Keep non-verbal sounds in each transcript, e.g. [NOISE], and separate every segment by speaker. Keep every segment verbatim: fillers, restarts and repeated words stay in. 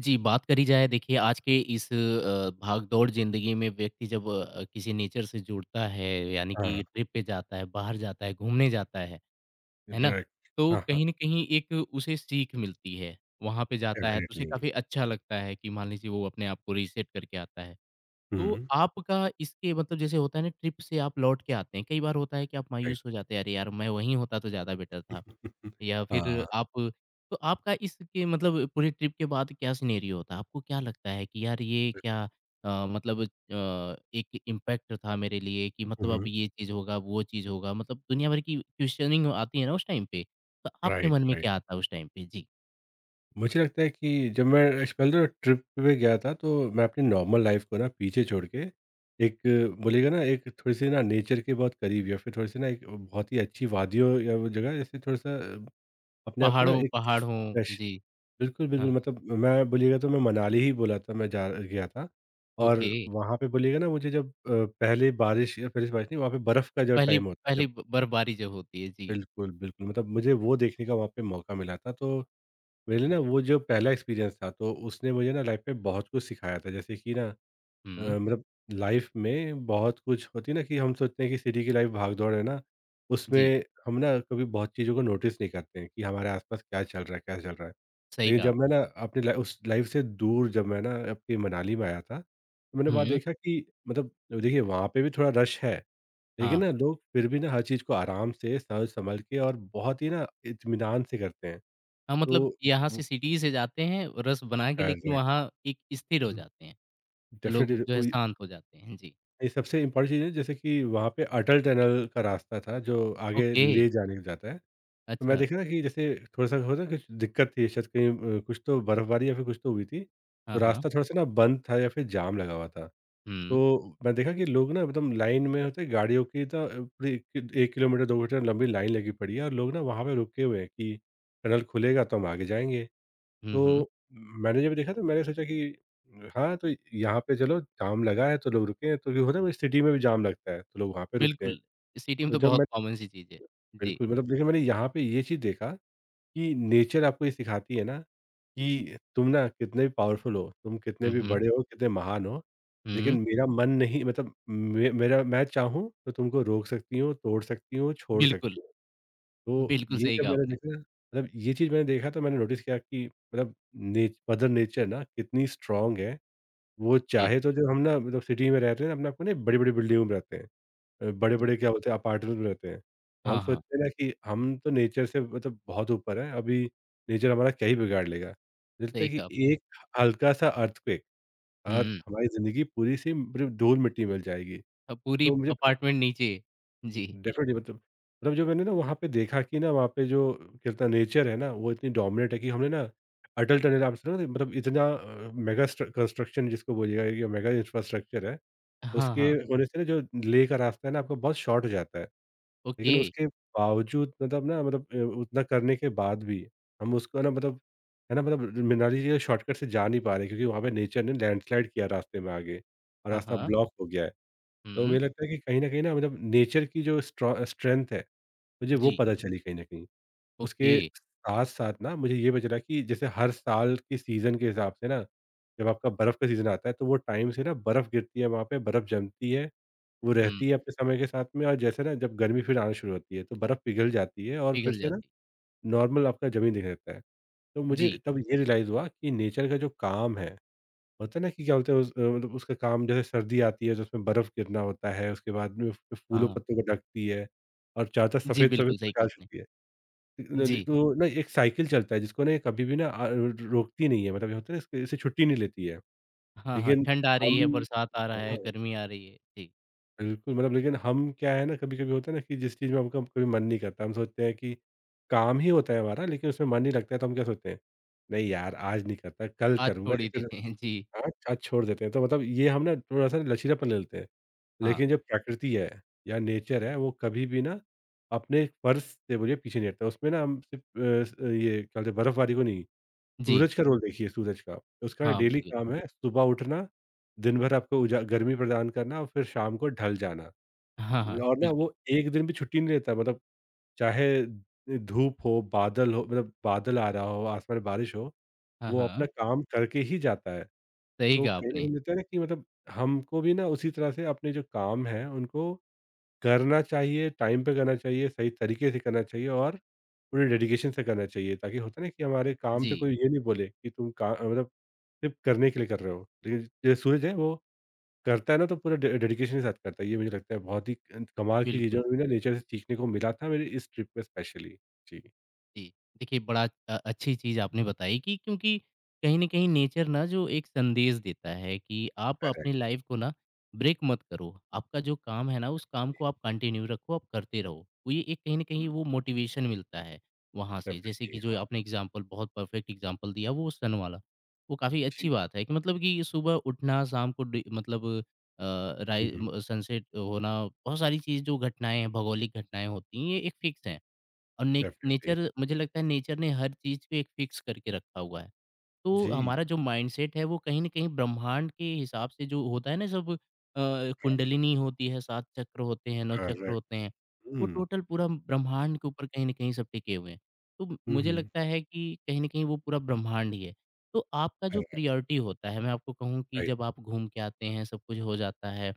Speaker 1: जी, बात करी जाए। देखिए आज के इस अ, भागदौड़ ज़िंदगी में व्यक्ति जब अ, किसी नेचर से जुड़ता है यानी
Speaker 2: हाँ,
Speaker 1: कि ट्रिप पे जाता है, बाहर जाता है, घूमने जाता है, है ना?
Speaker 2: राइट।
Speaker 1: तो
Speaker 2: हाँ, हाँ,
Speaker 1: कहीं न कहीं एक उसे सीख मिलती है। वहाँ पे जाता है तो उसे
Speaker 2: डेफ़िनेटली।
Speaker 1: काफ़ी अच्छा लगता है कि मान लीजिए वो अपने आप को रीसेट करके आता है। तो
Speaker 2: हुँ।
Speaker 1: आपका इसके मतलब जैसे होता है ना, ट्रिप से आप लौट के आते हैं, कई बार होता है कि आप
Speaker 2: राइट।
Speaker 1: मायूस हो जाते हैं, अरे यार मैं वहीं होता तो ज़्यादा बेटर
Speaker 2: हाँ,
Speaker 1: था। या फिर
Speaker 2: [LAUGHS]
Speaker 1: आप, तो आपका इसके मतलब पूरे ट्रिप के बाद क्या सिनेरियो होता है? आपको क्या लगता है कि यार ये
Speaker 2: बिल्कुल।
Speaker 1: क्या, अ, मतलब अ, एक इम्पैक्ट था मेरे लिए कि मतलब अब
Speaker 2: हुँ।
Speaker 1: ये चीज़ होगा, वो चीज़ होगा, मतलब दुनिया भर की क्वेश्चनिंग आती है ना उस टाइम पे, तो आपके
Speaker 2: राइट,
Speaker 1: मन में
Speaker 2: राइट।
Speaker 1: क्या आता है उस टाइम पे? जी।
Speaker 2: मुझे लगता है कि जब मैं श पहले ना ट्रिप पे गया था, तो मैं अपनी नॉर्मल लाइफ़ को ना पीछे छोड़ के एक बोलिएगा ना एक थोड़ी-सी ना नेचर के बहुत करीब या फिर थोड़ी-सी ना एक बहुत ही अच्छी वादियों या वो जगह जैसे थोड़ा-सा अपने आप को ना
Speaker 1: पहाड़ों
Speaker 2: एक
Speaker 1: पहाड़ हों
Speaker 2: फ्रेश
Speaker 1: जी।
Speaker 2: बिल्कुल, बिल्कुल,
Speaker 1: हाँ,
Speaker 2: मतलब मैं बोलिएगा तो मैं मनाली ही बोला था, मैं जा गया था।
Speaker 1: ओके।
Speaker 2: और वहाँ पे बोलिएगा ना मुझे जब अ, पहले बारिश या पहले बारिश नहीं, वहाँ पे बर्फ़ का जो
Speaker 1: पहली
Speaker 2: टाइम होता है
Speaker 1: पहली
Speaker 2: जब
Speaker 1: ब बर्फबारी जब होती है, जी।
Speaker 2: बिल्कुल, बिल्कुल, मतलब मुझे वो देखने का वहाँ पे मौका मिला था। तो मेरे लिए ना
Speaker 1: वाह!
Speaker 2: वो जो पहला एक्सपीरियंस था, तो उसने मुझे ना लाइफ़ में बहुत कुछ सिखाया था। जैसे कि ना अ,
Speaker 1: हुँ,
Speaker 2: मतलब लाइफ में बहुत कुछ होती है ना कि हम सोचते हैं कि सिटी की लाइफ भाग दौड़ है ना,
Speaker 1: जी,
Speaker 2: उसमें हम ना कभी बहुत चीज़ों को नोटिस नहीं करते हैं कि हमारे आसपास क्या चल रहा है, क्या चल रहा है।
Speaker 1: सही
Speaker 2: लेकिन
Speaker 1: कहा
Speaker 2: जब मैं
Speaker 1: आपने।
Speaker 2: ना अपनी लाइफ उस लाइफ से दूर, जब मैं ना अपनी मनाली में आया था, तो मैंने वहाँ
Speaker 1: हुँ,
Speaker 2: देखा कि मतलब देखिए वहाँ पे भी थोड़ा रश है,
Speaker 1: हाँ,
Speaker 2: लेकिन ना
Speaker 1: हाँ।
Speaker 2: लोग फिर भी ना हर चीज़ को आराम से समझ संभल के और बहुत ही ना इत्मीनान से करते हैं।
Speaker 1: हाँ, मतलब
Speaker 2: तो
Speaker 1: यहाँ से सिटी से जाते हैं रस बना के, लेकिन वहाँ एक स्थिर हो जाते हैं। लोग जो है
Speaker 2: डेफिनेटली
Speaker 1: शांत हो जाते हैं। जी,
Speaker 2: ये सबसे इम्पोर्टेंट चीज़ है, जैसे कि वहाँ पे अटल टनल का रास्ता था, जो आगे
Speaker 1: ओके,
Speaker 2: ले जाने को जाता है। तो मैं
Speaker 1: अच्छा।
Speaker 2: देखा ना कि जैसे थोड़ा-सा होता है, कुछ दिक्कत थी शायद कहीं, अ, कुछ तो बर्फबारी या फिर कुछ तो हुई थी। तो
Speaker 1: हाँ, हाँ।
Speaker 2: रास्ता थोड़ा-सा ना बंद था या फिर जाम लगा हुआ था।
Speaker 1: हुँ,
Speaker 2: तो मैं देखा कि लोग ना एकदम लाइन में होते हैं गाड़ियों की, तो अ, पूरी एक किलोमीटर दो किलोमीटर लंबी लाइन लगी पड़ी है और लोग ना वहाँ पे रुके हुए हैं कि टनल खुलेगा तो हम आगे जाएँगे।
Speaker 1: हुँ, हुँ,
Speaker 2: तो मैंने जब देखा तो मैंने सोचा कि हाँ, तो यहाँ पे चलो जाम लगा है तो लोग रुके हैं, तो क्यों होता है ना, सिटी में भी जाम लगता है तो लोग वहाँ पे रुकते
Speaker 1: बिल्कुल।
Speaker 2: हैं।
Speaker 1: सिटी में
Speaker 2: तो
Speaker 1: तो
Speaker 2: जब
Speaker 1: बहुत
Speaker 2: मैं
Speaker 1: कॉमन सी चीज़ है। जी।
Speaker 2: बिल्कुल, मतलब देखिए मैंने यहाँ पे ये चीज़ देखा कि नेचर आपको ये सिखाती है ना कि तुम ना कितने भी पावरफुल हो, तुम कितने
Speaker 1: हुँ,
Speaker 2: भी
Speaker 1: हुँ,
Speaker 2: बड़े हो, कितने महान हो,
Speaker 1: हुँ,
Speaker 2: लेकिन मेरा मन नहीं, मतलब मे मेरा, मैं चाहूँ तो तुमको रोक सकती हूँ, तोड़ सकती हूँ, छोड़
Speaker 1: बिल्कुल,
Speaker 2: सकती हूँ। तो
Speaker 1: बिल्कुल
Speaker 2: ये
Speaker 1: सही
Speaker 2: जब
Speaker 1: कहा
Speaker 2: मैंने
Speaker 1: आपने।
Speaker 2: देखा, मतलब ये चीज़ मैंने देखा, तो मैंने नोटिस किया कि मतलब ने मदर नेचर ना कितनी स्ट्रांग है। वो
Speaker 1: जी,
Speaker 2: चाहे तो, जो हम ना मतलब सिटी में रहते हैं ना, अपने आप को ना बड़ी-बड़ी बिल्डिंगों में रहते हैं। अ,
Speaker 1: हुँ,
Speaker 2: बड़े-बड़े क्या बोलते हैं, अपार्टमेंट में रहते हैं। तो हम
Speaker 1: हाँ, हाँ,
Speaker 2: सोचते हैं ना कि हम तो नेचर से मतलब बहुत ऊपर हैं, अभी नेचर हमारा क्या ही बिगाड़ लेगा। मुझे लगता
Speaker 1: सही
Speaker 2: है कि
Speaker 1: कहा आपने।
Speaker 2: एक हल्का-सा अर्थक्वेक और
Speaker 1: हुँ,
Speaker 2: हमारी ज़िंदगी पूरी सी मतलब धूल-मिट्टी मिल जाएगी।
Speaker 1: अ, पूरी
Speaker 2: तो मुझे
Speaker 1: अपार्टमेंट नीचे। जी,
Speaker 2: डेफ़िनिटली मतलब मतलब जो मैंने ना वहाँ पे देखा कि ना वहाँ पे जो कितना नेचर है ना, वो इतनी डोमिनेट है कि हमने ना अटल टनल आप सुना ना, मतलब इतना अ, मेगा स्ट्र कंस्ट्रक्शन जिसको बोलिएगा या मेगा इंफ्रास्ट्रक्चर है,
Speaker 1: हाँ,
Speaker 2: उसके
Speaker 1: हाँ,
Speaker 2: हुँ। होने से ना जो लेह का रास्ता है ना आपका, बहुत शॉर्ट हो जाता है।
Speaker 1: ओके।
Speaker 2: लेकिन उसके बावजूद मतलब ना, मतलब अ, उतना करने के बाद भी हम उसको ना, मतलब है ना मतलब मनाली के शॉर्टकट से जा नहीं पा रहे, क्योंकि वहाँ पे नेचर ने लैंडस्लाइड किया रास्ते में आगे और
Speaker 1: हाँ,
Speaker 2: रास्ता
Speaker 1: हाँ,
Speaker 2: ब्लॉक हो गया है। तो
Speaker 1: हुँ,
Speaker 2: मुझे लगता है कि कहीं न कहीं ना मतलब नेचर की जो स्ट्रॉ स्ट्रेंथ है, मुझे वो
Speaker 1: जी,
Speaker 2: पता चली कहीं न कहीं।
Speaker 1: ओके।
Speaker 2: उसके साथ-साथ ना मुझे ये भी चला कि जैसे हर साल की सीज़न के हिसाब से ना, जब आपका बर्फ़ का सीज़न आता है तो वो टाइम से ना बर्फ़ गिरती है वहाँ पे, बर्फ़ जमती है, वो
Speaker 1: हुँ।
Speaker 2: रहती है अपने समय के साथ में, और जैसे ना जब गर्मी फिर आना शुरू होती है तो बर्फ़ पिघल जाती है और फिर
Speaker 1: पिघल
Speaker 2: से ना
Speaker 1: जाती।
Speaker 2: नॉर्मल आपका ज़मीन दिखने लगता है। तो मुझे
Speaker 1: जी,
Speaker 2: तब ये रियलाइज़ हुआ कि नेचर का जो काम है, होता है ना कि क्या बोलते हैं उस, अ, मतलब उसका काम, जैसे सर्दी आती है तो उसमें बर्फ़ गिरना होता है, उसके बाद में उसपे फूलों
Speaker 1: हाँ।
Speaker 2: पत्तों को ढकती है और चादर
Speaker 1: जी,
Speaker 2: सफ़ेद-सफ़ेद
Speaker 1: बिल्कुल सही कहा
Speaker 2: प्रकाश
Speaker 1: आपने।
Speaker 2: होती है। न- न-
Speaker 1: जी,
Speaker 2: तो ना एक साइकिल चलता है जिसको ना ये कभी भी ना अ, रोकती नहीं है, मतलब ये होता है ना, इसके इससे छुट्टी नहीं लेती है।
Speaker 1: हाँ, हाँ,
Speaker 2: लेकिन
Speaker 1: ठंड आ रही
Speaker 2: हम,
Speaker 1: है, बरसात आ रहा
Speaker 2: है
Speaker 1: है,
Speaker 2: ना?
Speaker 1: गर्मी आ रही है। जी,
Speaker 2: बिल्कुल, मतलब लेकिन हम क्या, है ना, कभी-कभी होता है ना कि जिस चीज़ में हमका कभी मन नहीं करता, हम सोचते हैं कि काम ही होता है हमारा, लेकिन उसमें मन नहीं लगता है तो हम क्या सोचते हैं, नहीं यार आज नहीं करता, कल
Speaker 1: आज
Speaker 2: करूँगा,
Speaker 1: छोड़
Speaker 2: या
Speaker 1: ही
Speaker 2: फिर
Speaker 1: देते हैं। जी,
Speaker 2: हाँ, आज छोड़ देते हैं। तो मतलब ये हम ना थोड़ा-सा लचीलापन ले लेते हैं।
Speaker 1: हाँ,
Speaker 2: लेकिन जो प्रकृति है या नेचर है वो कभी भी ना अपने फर्श से बोलिए पीछे नहीं हटता। उसमें ना हम सिर्फ़ अ, ये क्या बोलते हैं बर्फ़बारी को नहीं,
Speaker 1: जी,
Speaker 2: सूरज का रोल देखिए, सूरज का। उसका ना
Speaker 1: हाँ,
Speaker 2: डेली
Speaker 1: बिल्कुल।
Speaker 2: काम है सुबह उठना, दिन भर आपको उजा गर्मी प्रदान करना और फिर शाम को ढल जाना।
Speaker 1: हाँ, हाँ,
Speaker 2: और ना
Speaker 1: बिल्कुल।
Speaker 2: वो एक दिन भी छुट्टी नहीं लेता, मतलब चाहे धूप हो, बादल हो, मतलब बादल आ रहा हो, आसमान में बारिश हो,
Speaker 1: हाँ,
Speaker 2: वो अपना
Speaker 1: हाँ,
Speaker 2: काम करके ही जाता है।
Speaker 1: सही
Speaker 2: तो
Speaker 1: कहा
Speaker 2: कहीं न
Speaker 1: आपने।
Speaker 2: कहीं लगता है ना कि मतलब हमको भी ना उसी तरह से अपने जो काम हैं, उनको करना चाहिए, टाइम पे करना चाहिए, सही तरीके से करना चाहिए और पूरे डेडिकेशन से करना चाहिए। ताकि होता है ना कि हमारे काम पे
Speaker 1: जी,
Speaker 2: कोई ये नहीं बोले कि तुम का मतलब सिर्फ़ करने के लिए कर रहे हो। लेकिन जो सूरज है वो करता है ना, तो पूरा डे डेडिकेशन के साथ करता है। ये मुझे लगता है बहुत ही अ, कमाल की चीज़ है,
Speaker 1: बिल्कुल।
Speaker 2: और मुझे ना नेचर से सीखने को मिला था मेरी इस ट्रिप में स्पेशली। जी।
Speaker 1: जी। देखिए, बड़ा अ, अच्छी चीज़ आपने बताई। कि क्योंकि कहीं न कहीं नेचर ना जो एक संदेश देता है कि आप अपनी
Speaker 2: करेक्ट,
Speaker 1: लाइफ़ को ना ब्रेक मत करो। आपका जो काम है ना, उस काम को आप कंटिन्यू रखो, आप करते रहो। वो ये एक कहीं न कहीं
Speaker 2: हुँ,
Speaker 1: वो मोटिवेशन मिलता है वहाँ से। जैसे कि
Speaker 2: डेफ़िनिटली,
Speaker 1: जो
Speaker 2: हाँ,
Speaker 1: आपने एग्ज़ाम्पल, बहुत परफेक्ट एग्ज़ाम्पल दिया वो सन वाला। वो काफ़ी
Speaker 2: जी।
Speaker 1: अच्छी बात है कि मतलब कि सुबह उठना, शाम को डि मतलब अ,
Speaker 2: हुँ,
Speaker 1: राइ
Speaker 2: हुँ।
Speaker 1: म सनसेट होना, बहुत सारी चीज़ जो घटनाएँ हैं, भौगोलिक घटनाएँ होती हैं, ये एक फिक्स हैं। और ने
Speaker 2: डेफ़िनिटली।
Speaker 1: नेचर मुझे लगता है नेचर ने हर चीज़ को एक फिक्स करके रखा हुआ है। तो
Speaker 2: जी,
Speaker 1: हमारा जो माइंडसेट है वो कहीं न कहीं ब्रह्मांड के हिसाब से जो होता है ना सब, अ, कुंडलिनी होती है, सात चक्र होते हैं, नौ चक्र
Speaker 2: करेक्ट।
Speaker 1: होते हैं, वो
Speaker 2: हुँ,
Speaker 1: टोटल पूरा ब्रह्मांड के ऊपर कहीं न कहीं सब टिके हुए हैं। तो म-
Speaker 2: हुँ,
Speaker 1: मुझे
Speaker 2: हुँ।
Speaker 1: लगता है कि कहीं न कहीं वो पूरा ब्रह्मांड ही है। तो आपका जो प्रायोरिटी होता है, मैं आपको कहूँ कि
Speaker 2: राइट।
Speaker 1: जब आप घूम के आते हैं, सब कुछ हो जाता है,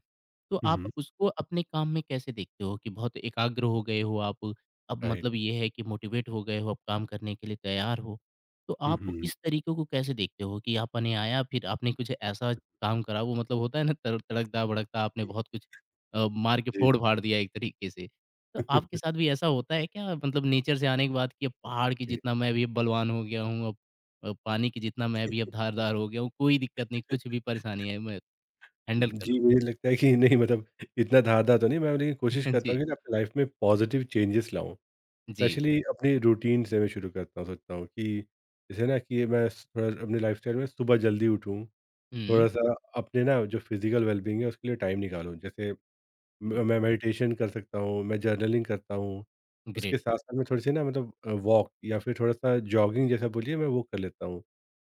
Speaker 1: तो आप
Speaker 2: हुँ,
Speaker 1: उसको अपने काम में कैसे देखते हो कि बहुत एकाग्र हो गए हो आप, अब
Speaker 2: राइट।
Speaker 1: मतलब ये है कि मोटिवेट हो गए हो, अब काम करने के लिए तैयार हो? तो
Speaker 2: हुँ,
Speaker 1: आप
Speaker 2: हुँ।
Speaker 1: इस तरीके को कैसे देखते हो कि आपने आया फिर आपने कुछ ऐसा काम करा, वो मतलब होता है ना, तर तड़कता भड़कता आपने बहुत कुछ अ, मार के
Speaker 2: जी,
Speaker 1: फोड़-फाड़ दिया एक तरीके से। तो आपके साथ
Speaker 2: [LAUGHS]
Speaker 1: भी ऐसा होता है क्या, मतलब नेचर से आने के बाद कि अब पहाड़ की
Speaker 2: जी।
Speaker 1: जितना मैं भी अब बलवान हो गया हूँ, अब अ, पानी की जितना मैं भी अब धारदार हो गया हूँ, कोई दिक्कत नहीं, कुछ भी परेशानी है मैं हैंडल कर
Speaker 2: जी,
Speaker 1: लूँगा।
Speaker 2: मुझे लगता है कि नहीं, मतलब इतना धाँधला तो नहीं मैं, लेकिन
Speaker 1: [LAUGHS]
Speaker 2: कोशिश करता
Speaker 1: जी,
Speaker 2: हूँ कि ना अपनी लाइफ़ में पॉज़िटिव चेंजेस लाऊँ।
Speaker 1: जी।
Speaker 2: स्पेशली अपनी रूटीन से मैं शुरू करता हूँ, सोचता हूँ कि जैसे ना कि मैं थोड़ा अपनी लाइफ़स्टाइल में सुबह जल्दी उठूँ,
Speaker 1: हुँ,
Speaker 2: थोड़ा-सा अपने ना जो फ़िज़िकल वेलबीइंग है उसके लिए टाइम निकालूँ। जैसे
Speaker 1: गुड,
Speaker 2: म मैं मेडिटेशन कर सकता हूँ, मैं जर्नलिंग करता हूँ।
Speaker 1: ग्रेट,
Speaker 2: उसके साथ-साथ मैं थोड़ी-सी ना मतलब अ, वॉक या फिर थोड़ा-सा जॉगिंग जैसा बोलिए मैं वो कर लेता हूँ।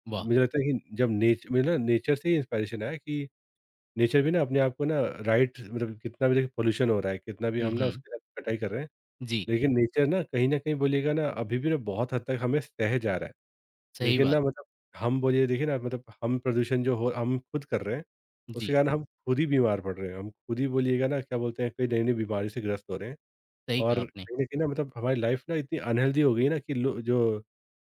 Speaker 1: वाह!
Speaker 2: मुझे लगता है कि जब नेच मुझे ना नेचर से ही इंस्पिरेशन आया कि नेचर भी ना अपने आप को ना, राइट, मतलब कितना भी देखिए पोल्यूशन हो रहा है, कितना भी
Speaker 1: हुँ,
Speaker 2: हम ना
Speaker 1: हुँ।
Speaker 2: उसके साथ कटाई कर रहे हैं,
Speaker 1: जी,
Speaker 2: लेकिन नेचर ना कहीं न कहीं बोलिएगा ना अभी भी ना बहुत हद तक हमें सह जा रहा है।
Speaker 1: सही
Speaker 2: लेकिन
Speaker 1: बात।
Speaker 2: ना मतलब हम बोलिए देखिए ना, मतलब हम प्रदूषण जो हो हम खुद कर रहे हैं, उसके
Speaker 1: जी,
Speaker 2: कारण हम खुद ही बीमार पड़ रहे हैं। हम खुद ही बोलिएगा ना, क्या बोलते हैं, कई नई-नई बीमारी से ग्रस्त हो रहे हैं,
Speaker 1: सही कहा
Speaker 2: और
Speaker 1: आपने।
Speaker 2: कहीं न कहीं ना मतलब हमारी लाइफ़ ना इतनी अनहेल्दी हो गई है ना कि लो जो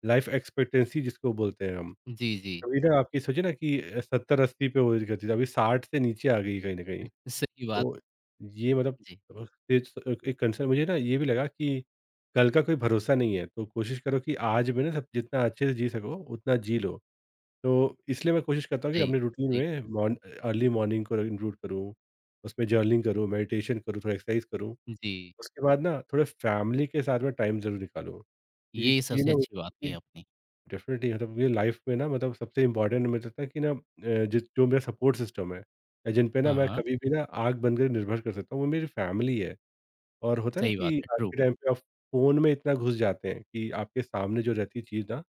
Speaker 2: लाइफ़ एक्सपेक्टेंसी जिसको बोलते हैं हम,
Speaker 1: जी, जी,
Speaker 2: अभी ना आपकी सोचिए ना कि अ, सत्तर अस्सी पे हुआ करती थी, तो अभी साठ से नीचे आ गई कहीं न कहीं।
Speaker 1: सही बात।
Speaker 2: तो ये मतलब
Speaker 1: जी।
Speaker 2: अ, इट्स अ, एक कंसर्न, मुझे ना ये भी लगा कि कल का कोई भरोसा नहीं है, तो कोशिश करो कि आज में ना सब जितना अच्छे से जी सको, उतना जी लो। तो इसलिए मैं कोशिश करता हूँ कि
Speaker 1: सही,
Speaker 2: अपने रूटीन
Speaker 1: सही।
Speaker 2: में मॉर्न अर्ली मॉर्निंग को इंक्लूड करूँ, उसमें जर्नलिंग करूँ, मेडिटेशन करूँ, थोड़ा एक्सरसाइज करूँ।
Speaker 1: जी,
Speaker 2: उसके बाद ना थोड़ा फैमिली के साथ में टाइम ज़रूर निकालूँ। ये
Speaker 1: ये
Speaker 2: ये
Speaker 1: सबसे
Speaker 2: ना
Speaker 1: अच्छी बात कही आपने।
Speaker 2: डेफ़िनेटली, मतलब ये लाइफ़ में ना, मतलब सबसे इम्पोर्टेंट मुझे लगता है कि ना, अ, जिस जो मेरा सपोर्ट सिस्टम है या जिन पे ना
Speaker 1: हाँ,
Speaker 2: मैं
Speaker 1: हाँ,
Speaker 2: कभी भी ना आँख बंद करके निर्भर कर सकता हूँ, वो मेरी फ़ैमिली है। और होता है ना
Speaker 1: सही बात
Speaker 2: कि
Speaker 1: है,
Speaker 2: आज
Speaker 1: ट्रू।
Speaker 2: के टाइम पे आप फ़ोन में इतना घुस जाते हैं कि आपके सामने जो रहती है चीज़ ना,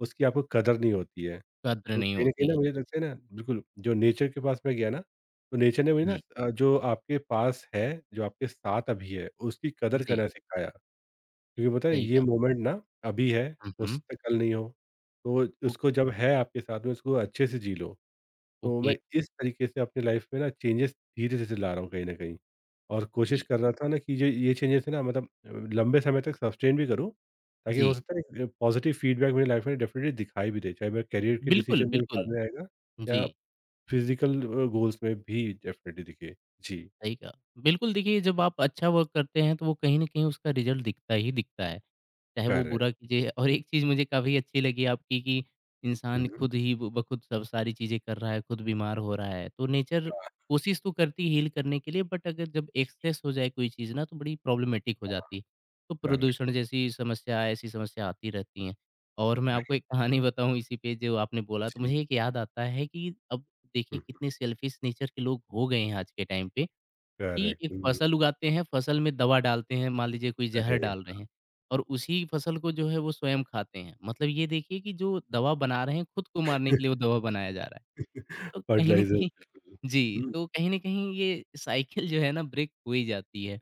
Speaker 2: उसकी आपको कदर नहीं होती है।
Speaker 1: कद्र
Speaker 2: तो
Speaker 1: नहीं
Speaker 2: कहीं न कहीं
Speaker 1: होती।
Speaker 2: ना मुझे लगता है ना, बिल्कुल, जो नेचर के पास मैं गया ना, तो नेचर ने मुझे ना,
Speaker 1: हुँ,
Speaker 2: अ, जो आपके पास है, जो आपके साथ अभी है, उसकी कदर
Speaker 1: जी,
Speaker 2: करना सिखाया। क्योंकि पता है
Speaker 1: सही
Speaker 2: ये
Speaker 1: कहा।
Speaker 2: मोमेंट ना अभी है,
Speaker 1: हुँ,
Speaker 2: हो
Speaker 1: हुँ,
Speaker 2: सकता है कल नहीं हो। तो
Speaker 1: ओ
Speaker 2: उसको जब है आपके साथ में उसको अच्छे से जी लो। तो
Speaker 1: ओके,
Speaker 2: मैं इस तरीके से अपनी लाइफ़ में ना चेंजेस धीरे-धीरे ला रहा हूँ, कहीं न कहीं। और कोशिश
Speaker 1: जी,
Speaker 2: कर रहा था ना कि ये ये चेंजेस है ना, मतलब अ, लंबे समय तक सस्टेन भी करूँ, ताकि हो
Speaker 1: जी।
Speaker 2: सकता है पॉज़िटिव फीडबैक मेरी लाइफ़ में डेफ़िनेटली दिखाई भी दे। चाहे मेरे करियर के
Speaker 1: बिल्कुल,
Speaker 2: डिसीजन में भी
Speaker 1: बिल्कुल।
Speaker 2: बाद में आएगा,
Speaker 1: जी,
Speaker 2: या फिज़िकल अ, गोल्स में भी डेफ़िनेटली दिखे। जी,
Speaker 1: सही कहा। बिल्कुल देखिए जब आप अच्छा वर्क करते हैं तो वो कहीं न कहीं उसका रिज़ल्ट दिखता ही दिखता है। चाहे वो
Speaker 2: करेक्ट।
Speaker 1: बुरा कीजिए, और एक चीज़ मुझे काफ़ी अच्छी लगी आपकी कि
Speaker 2: हुँ,
Speaker 1: इंसान
Speaker 2: हुँ।
Speaker 1: खुद ही ब बखुद सब सारी चीज़ें कर रहा है, खुद बीमार हो रहा है। तो नेचर
Speaker 2: हाँ,
Speaker 1: कोशिश तो करती है हील करने के लिए, बट अगर जब एक्सेस हो जाए कोई चीज़ ना तो बड़ी प्रॉब्लमेटिक हो जाती है। तो
Speaker 2: करेक्ट।
Speaker 1: प्रदूषण जैसी समस्या, ऐसी समस्या आती रहती हैं। और मैं आपको एक कहानी बताऊँ इसी पे जो आपने बोला, तो
Speaker 2: जी।
Speaker 1: मुझे एक याद आता है कि अब देखिए
Speaker 2: हुँ,
Speaker 1: कितने सेल्फिश नेचर के लोग हो गए हैं आज के टाइम पे। कि
Speaker 2: करेक्ट।
Speaker 1: एक
Speaker 2: हुँ, हुँ।
Speaker 1: फसल उगाते हैं, फसल में दवा डालते हैं, मान लीजिए कोई ज़हर
Speaker 2: अरे!
Speaker 1: डाल रहे हैं और उसी फसल को जो है वो स्वयं खाते हैं। मतलब ये देखिए कि जो दवा बना रहे हैं, खुद को मारने के लिए
Speaker 2: [LAUGHS]
Speaker 1: वो दवा बनाया जा रहा है। तो कहीं न
Speaker 2: फर्टिलाइज़र्स,
Speaker 1: कहीं,
Speaker 2: बिल्कुल।
Speaker 1: जी,
Speaker 2: हुँ,
Speaker 1: तो कहीं न कहीं ये साइकिल जो है ना ब्रेक हो ही जाती है।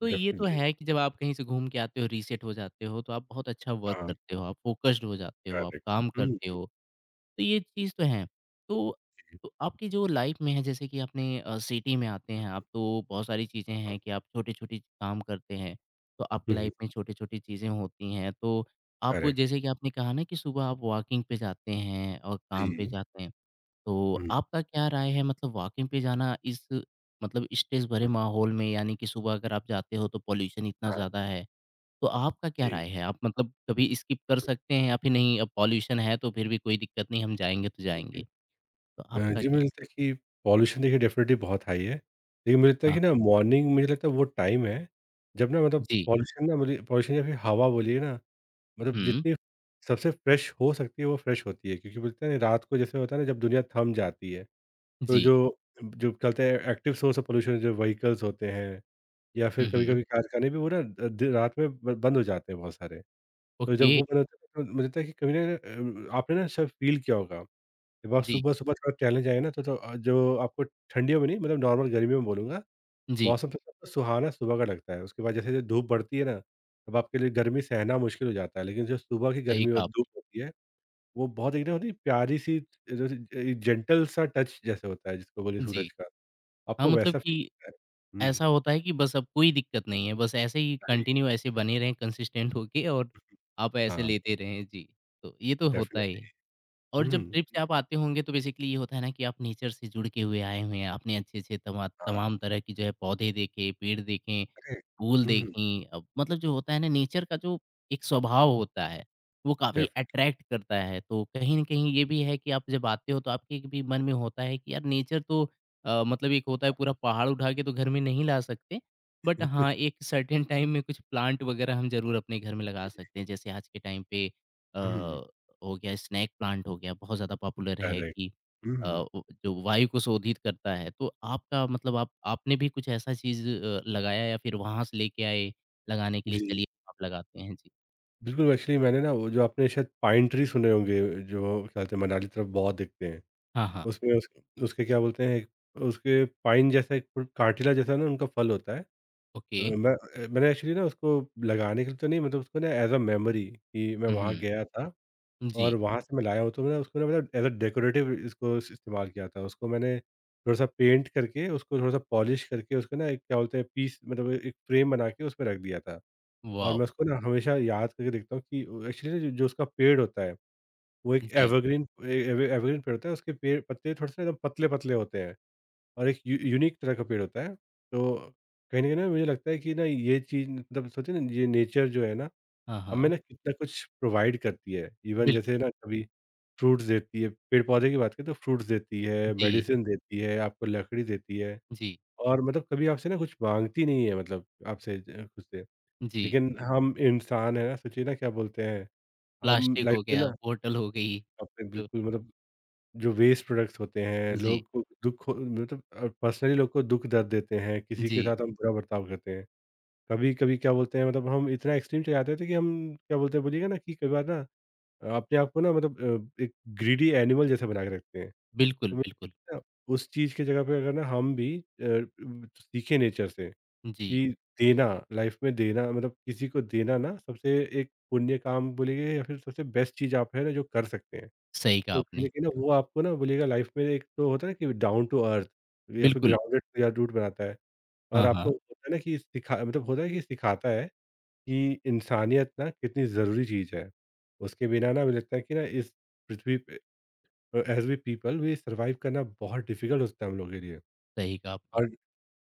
Speaker 1: तो ये तो
Speaker 2: डेफ़िनिटली।
Speaker 1: है कि जब आप कहीं से घूम के आते हो, रीसेट हो जाते हो, तो आप बहुत अच्छा वर्क
Speaker 2: हाँ,
Speaker 1: करते हो, आप फ़ोकस्ड हो जाते हो, आप
Speaker 2: करेक्ट।
Speaker 1: काम
Speaker 2: हुँ,
Speaker 1: करते हो। तो ये चीज़ तो है। तो तो आपकी जो लाइफ़ में है, जैसे कि आपने अ, सिटी में आते हैं आप, तो बहुत सारी चीज़ें
Speaker 2: हाँ।
Speaker 1: हैं कि आप छोटे-छोटे काम करते हैं। तो आपकी
Speaker 2: हुँ, हुँ,
Speaker 1: लाइफ़ में छोटी-छोटी चीज़ें होती हैं। तो आप
Speaker 2: करेक्ट।
Speaker 1: जैसे कि आपने कहा ना कि सुबह आप वॉकिंग पे जाते हैं और काम पे
Speaker 2: जी।
Speaker 1: जाते हैं। तो
Speaker 2: हुँ,
Speaker 1: आपका क्या राय है, मतलब वॉकिंग पे जाना इस मतलब स्ट्रेस भरे
Speaker 2: हुँ,
Speaker 1: माहौल में, यानी कि सुबह अगर आप जाते हो तो पॉल्यूशन इतना
Speaker 2: हाँ,
Speaker 1: ज़्यादा है। तो आपका क्या
Speaker 2: जी,
Speaker 1: राय है? आप मतलब कभी स्किप कर सकते हैं या फिर नहीं, अब पॉल्यूशन है तो फिर भी कोई दिक्कत नहीं, हम जाएँगे तो
Speaker 2: जी, जी।
Speaker 1: जाएँगे? तो
Speaker 2: अ,
Speaker 1: आपका
Speaker 2: जी, मुझे
Speaker 1: क्या?
Speaker 2: लगता है कि पॉल्यूशन देखिए डेफ़िनिटली बहुत हाई है। लेकिन मुझे लगता है
Speaker 1: हाँ,
Speaker 2: कि ना
Speaker 1: हाँ।
Speaker 2: मॉर्निंग, मुझे लगता है वो टाइम है, जब ना मतलब
Speaker 1: जी।
Speaker 2: पॉल्यूशन ना, बोलिए पॉल्यूशन या फिर हवा बोलिए ना, मतलब
Speaker 1: हुँ,
Speaker 2: जितनी सबसे फ्रेश हो सकती है वो फ्रेश होती है। क्योंकि बोलते हैं ना, रात को जैसे होता है ना, जब दुनिया थम जाती है, तो
Speaker 1: जी।
Speaker 2: जो जो कहते हैं एक्टिव सोर्स ऑफ पॉल्यूशन, जो व्हीकल्स होते हैं या फिर
Speaker 1: हुँ, हुँ।
Speaker 2: कभी-कभी कारखाने भी, वो ना अ, दे रात में ब बंद हो जाते हैं बहुत सारे। तो
Speaker 1: ओके।
Speaker 2: जब वो बंद होते हैं, तो मुझे लगता है कि कभी ना अ, आपने ना शायद फील किया होगा, जब आप
Speaker 1: जी,
Speaker 2: सुबह-सुबह थोड़ा टहलने जाएँ ना, तो तो अ, जो आपको ठंडियों में नहीं मतलब नॉर्मल गर्मियों में बोलूँगा,
Speaker 1: जी।
Speaker 2: मौसम तो सबको सुहाना सुबह का लगता है। उसके बाद जैसे-जैसे धूप बढ़ती है ना, तब आपके लिए गर्मी सहना मुश्किल हो जाता है। लेकिन जो सुबह की
Speaker 1: सही
Speaker 2: गर्मी
Speaker 1: कहा
Speaker 2: और
Speaker 1: आपने।
Speaker 2: धूप होती है, वो बहुत एक ना होती है प्यारी-सी, जैसे अ, जेंटल सा टच जैसे होता है जिसको बोलिए
Speaker 1: जी।
Speaker 2: सूरज का,
Speaker 1: हाँ,
Speaker 2: आपको
Speaker 1: मतलब
Speaker 2: वैसा फील
Speaker 1: कि
Speaker 2: होता है। हुँ।
Speaker 1: ऐसा होता है कि बस अब कोई दिक्कत नहीं है, बस ऐसे ही कंटिन्यू ऐसे बने रहें कंसिस्टेंट होके और आप ऐसे
Speaker 2: हाँ,
Speaker 1: लेते रहें। जी, तो ये तो होता ही है।
Speaker 2: डेफ़िनिटली।
Speaker 1: और जब ट्रिप से
Speaker 2: हुँ।
Speaker 1: आप आते होंगे तो बेसिकली ये होता है ना कि आप नेचर से जुड़ के हुए आए हुए हैं। आपने अच्छे-अच्छे तमा
Speaker 2: हाँ,
Speaker 1: तमाम तरह की जो है पौधे देखे, पेड़ देखे,
Speaker 2: करेक्ट।
Speaker 1: फूल
Speaker 2: हुँ,
Speaker 1: देखीं, अ, मतलब जो होता है ना नेचर का जो एक स्वभाव होता है, वो काफ़ी
Speaker 2: डेफ़िनिटली।
Speaker 1: अट्रैक्ट करता है। तो कहीं न कहीं ये भी है कि आप जब आते हो तो आपके भी मन में होता है कि यार नेचर तो अ, मतलब, एक होता है
Speaker 2: हाँ।
Speaker 1: पूरा पहाड़ उठा के तो घर में नहीं ला सकते। बट हाँ, एक सर्टेन टाइम में कुछ प्लांट वगैरह हम ज़रूर अपने घर में लगा सकते हैं। जैसे आज के टाइम पे
Speaker 2: हुँ,
Speaker 1: अ, हो गया स्नेक प्लांट हो गया, बहुत ज़्यादा पॉपुलर है
Speaker 2: करेक्ट।
Speaker 1: कि अ,
Speaker 2: हुँ,
Speaker 1: उ जो वायु को शोधित करता है, तो आपका मतलब आप आपने भी कुछ ऐसा चीज़ अ, लगाया या फिर वहाँ से लेके आए लगाने के लिए,
Speaker 2: जी।
Speaker 1: चलिए आप लगाते हैं? जी।
Speaker 2: बिल्कुल, एक्चुअली मैंने ना वो जो आपने शायद पाइन ट्री सुने होंगे, जो क्या बोलते हैं मनाली तरफ बहुत दिखते हैं।
Speaker 1: हाँ, हाँ।
Speaker 2: उसमें उस उसके क्या बोलते हैं, उसके पाइन जैसा एक फु कांटीला जैसा ना उनका फल होता है। अ,
Speaker 1: ओके।
Speaker 2: मैं अ, मैंने एक्चुअली ना उसको लगाने के लिए तो नहीं, मतलब उसको ना एज़ अ मेमोरी, कि मैं
Speaker 1: हुँ,
Speaker 2: वहाँ
Speaker 1: हुँ।
Speaker 2: गया था।
Speaker 1: जी।
Speaker 2: और वहाँ से मैं लाया हूँ, तो मैंने उसको ना मतलब एज़ अ डेकोरेटिव, इसको इस इस्तेमाल किया था। उसको मैंने थोड़ा-सा पेंट करके, उसको थोड़ा-सा पॉलिश करके, उसको ना एक क्या बोलते हैं पीस, मतलब एक फ्रेम बना के उसमें रख दिया था। और
Speaker 1: वॉव!
Speaker 2: मैं उसको ना हमेशा याद करके देखता हूँ, कि वो एक्चुअली ना जो उसका पेड़ होता है, वो एक
Speaker 1: जी।
Speaker 2: एवरग्रीन ए एव एवरग्रीन पेड़ होता है, उसके पेड़ पत्ते थोड़े-से एकदम पतले-पतले होते हैं और एक यू यूनिक तरह का पेड़ होता है। तो कहीं न कहीं ना, मुझे लगता है कि ना ये चीज़, मतलब सोचिए ना ये नेचर जो है ना,
Speaker 1: हाँ,
Speaker 2: हमें
Speaker 1: हाँ।
Speaker 2: ना कितना कुछ प्रोवाइड करती है। इवन जैसे
Speaker 1: बिल्कुल।
Speaker 2: ना कभी फ्रूट्स देती है, पेड़-पौधे की बात करें तो फ्रूट्स देती है,
Speaker 1: जी,
Speaker 2: मेडिसिन देती है, आपको लकड़ी देती है,
Speaker 1: जी,
Speaker 2: और मतलब कभी आपसे ना कुछ माँगती नहीं है, मतलब आपसे ज खुद से।
Speaker 1: जी।
Speaker 2: लेकिन हम इंसान हैं ना, सोचिए ना क्या बोलते हैं, हम
Speaker 1: प्लास्टिक
Speaker 2: लाइफ
Speaker 1: हो
Speaker 2: में
Speaker 1: गया,
Speaker 2: ना
Speaker 1: बॉटल हो गई,
Speaker 2: अपने
Speaker 1: जो
Speaker 2: बिल्कुल, मतलब जो वेस्ट प्रोडक्ट्स होते हैं,
Speaker 1: जी,
Speaker 2: लोग को दुःख मतलब अ, पर्सनली लोग को दुःख दर्द देते हैं, किसी
Speaker 1: जी।
Speaker 2: के साथ हम बुरा बर्ताव करते हैं। कभी-कभी क्या बोलते हैं, मतलब हम इतना एक्सट्रीम चले जाते थे कि हम क्या बोलते हैं, बोलिएगा ना कि कई बार ना अपने आप को ना मतलब अ, एक ग्रीडी एनिमल जैसा बना के रखते हैं।
Speaker 1: बिल्कुल,
Speaker 2: तो मुझे
Speaker 1: बिल्कुल।
Speaker 2: लगता है ना, उस चीज़ की जगह पे अगर ना हम भी अ, उम, सीखें नेचर से
Speaker 1: जी,
Speaker 2: कि देना, लाइफ में देना, मतलब किसी को देना ना सबसे एक पुण्य काम बोलिए, या फिर सबसे बेस्ट चीज़ आप है ना जो कर सकते हैं।
Speaker 1: सही कहा
Speaker 2: तो कहीं
Speaker 1: आपने।
Speaker 2: न कहीं ना वो आपको ना बोलिएगा लाइफ में, एक तो होता है ना कि डाउन टू अर्थ या फिर
Speaker 1: बिल्कुल।
Speaker 2: ग्राउंडेड या रूट बनाता है, और
Speaker 1: हाँ,
Speaker 2: आपको
Speaker 1: हाँ।
Speaker 2: होता है ना कि सिखा मतलब होता है कि सिखाता है कि इंसानियत ना कितनी ज़रूरी चीज़ है। उसके बिना ना मुझे लगता है कि ना इस पृथ्वी पे अ, as we people we survive करना बहुत डिफ़िकल्ट होता है हम लोगों के लिए।
Speaker 1: सही कहा आपने।
Speaker 2: और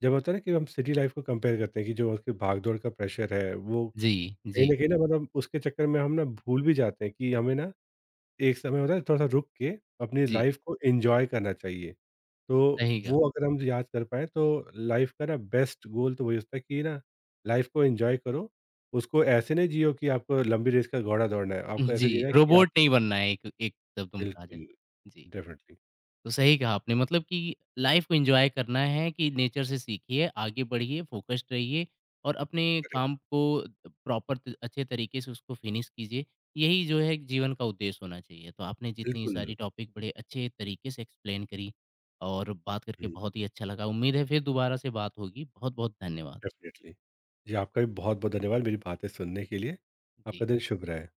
Speaker 2: जब होता है ना कि हम सिटी लाइफ़ को कंपेयर करते हैं, कि जो उसकी भाग-दौड़ का प्रेशर है, वो
Speaker 1: जी,
Speaker 2: कहीं
Speaker 1: जी,
Speaker 2: न कहीं ना मतलब उसके चक्कर में हम ना भूल भी जाते हैं कि हमें ना एक समय होता है थोड़ा-सा रुक के अपनी
Speaker 1: जी।
Speaker 2: लाइफ़ को एन्जॉय करना चाहिए। तो
Speaker 1: सही कहा।
Speaker 2: वो अगर हम याद कर पाएँ, तो लाइफ़ का ना बेस्ट गोल तो वही होता है कि ना लाइफ़ को एन्जॉय करो, उसको ऐसे नहीं जियो कि आपको लंबी रेस का घोड़ा दौड़ना है, आपको ऐसे
Speaker 1: जी,
Speaker 2: जीना है कि आप।
Speaker 1: रोबोट नहीं बनना है, एक एक शब्द में कहा जाए।
Speaker 2: बिल्कुल,
Speaker 1: जी,
Speaker 2: डेफ़िनिटली,
Speaker 1: तो सही कहा आपने, मतलब कि लाइफ़ को एन्जॉय करना है कि नेचर से सीखिए, आगे बढ़िए, फ़ोकस्ड रहिए और अपने
Speaker 2: करेक्ट,
Speaker 1: काम को प्रॉपर त अच्छे तरीके से उसको फ़िनिश कीजिए। यही जो है जीवन का उद्देश्य होना चाहिए। तो आपने जितनी
Speaker 2: बिल्कुल,
Speaker 1: सारी टॉपिक बड़े अच्छे तरीके से एक्सप्लेन करी और बात करके
Speaker 2: हुँ,
Speaker 1: बहुत ही अच्छा लगा। उम्मीद है फिर दोबारा से बात होगी। बहुत-बहुत धन्यवाद।
Speaker 2: डेफ़िनिटली। जी, आपका भी बहुत-बहुत धन्यवाद मेरी बातें सुनने के लिए। आपका
Speaker 1: जी।
Speaker 2: दिन शुभ रहे।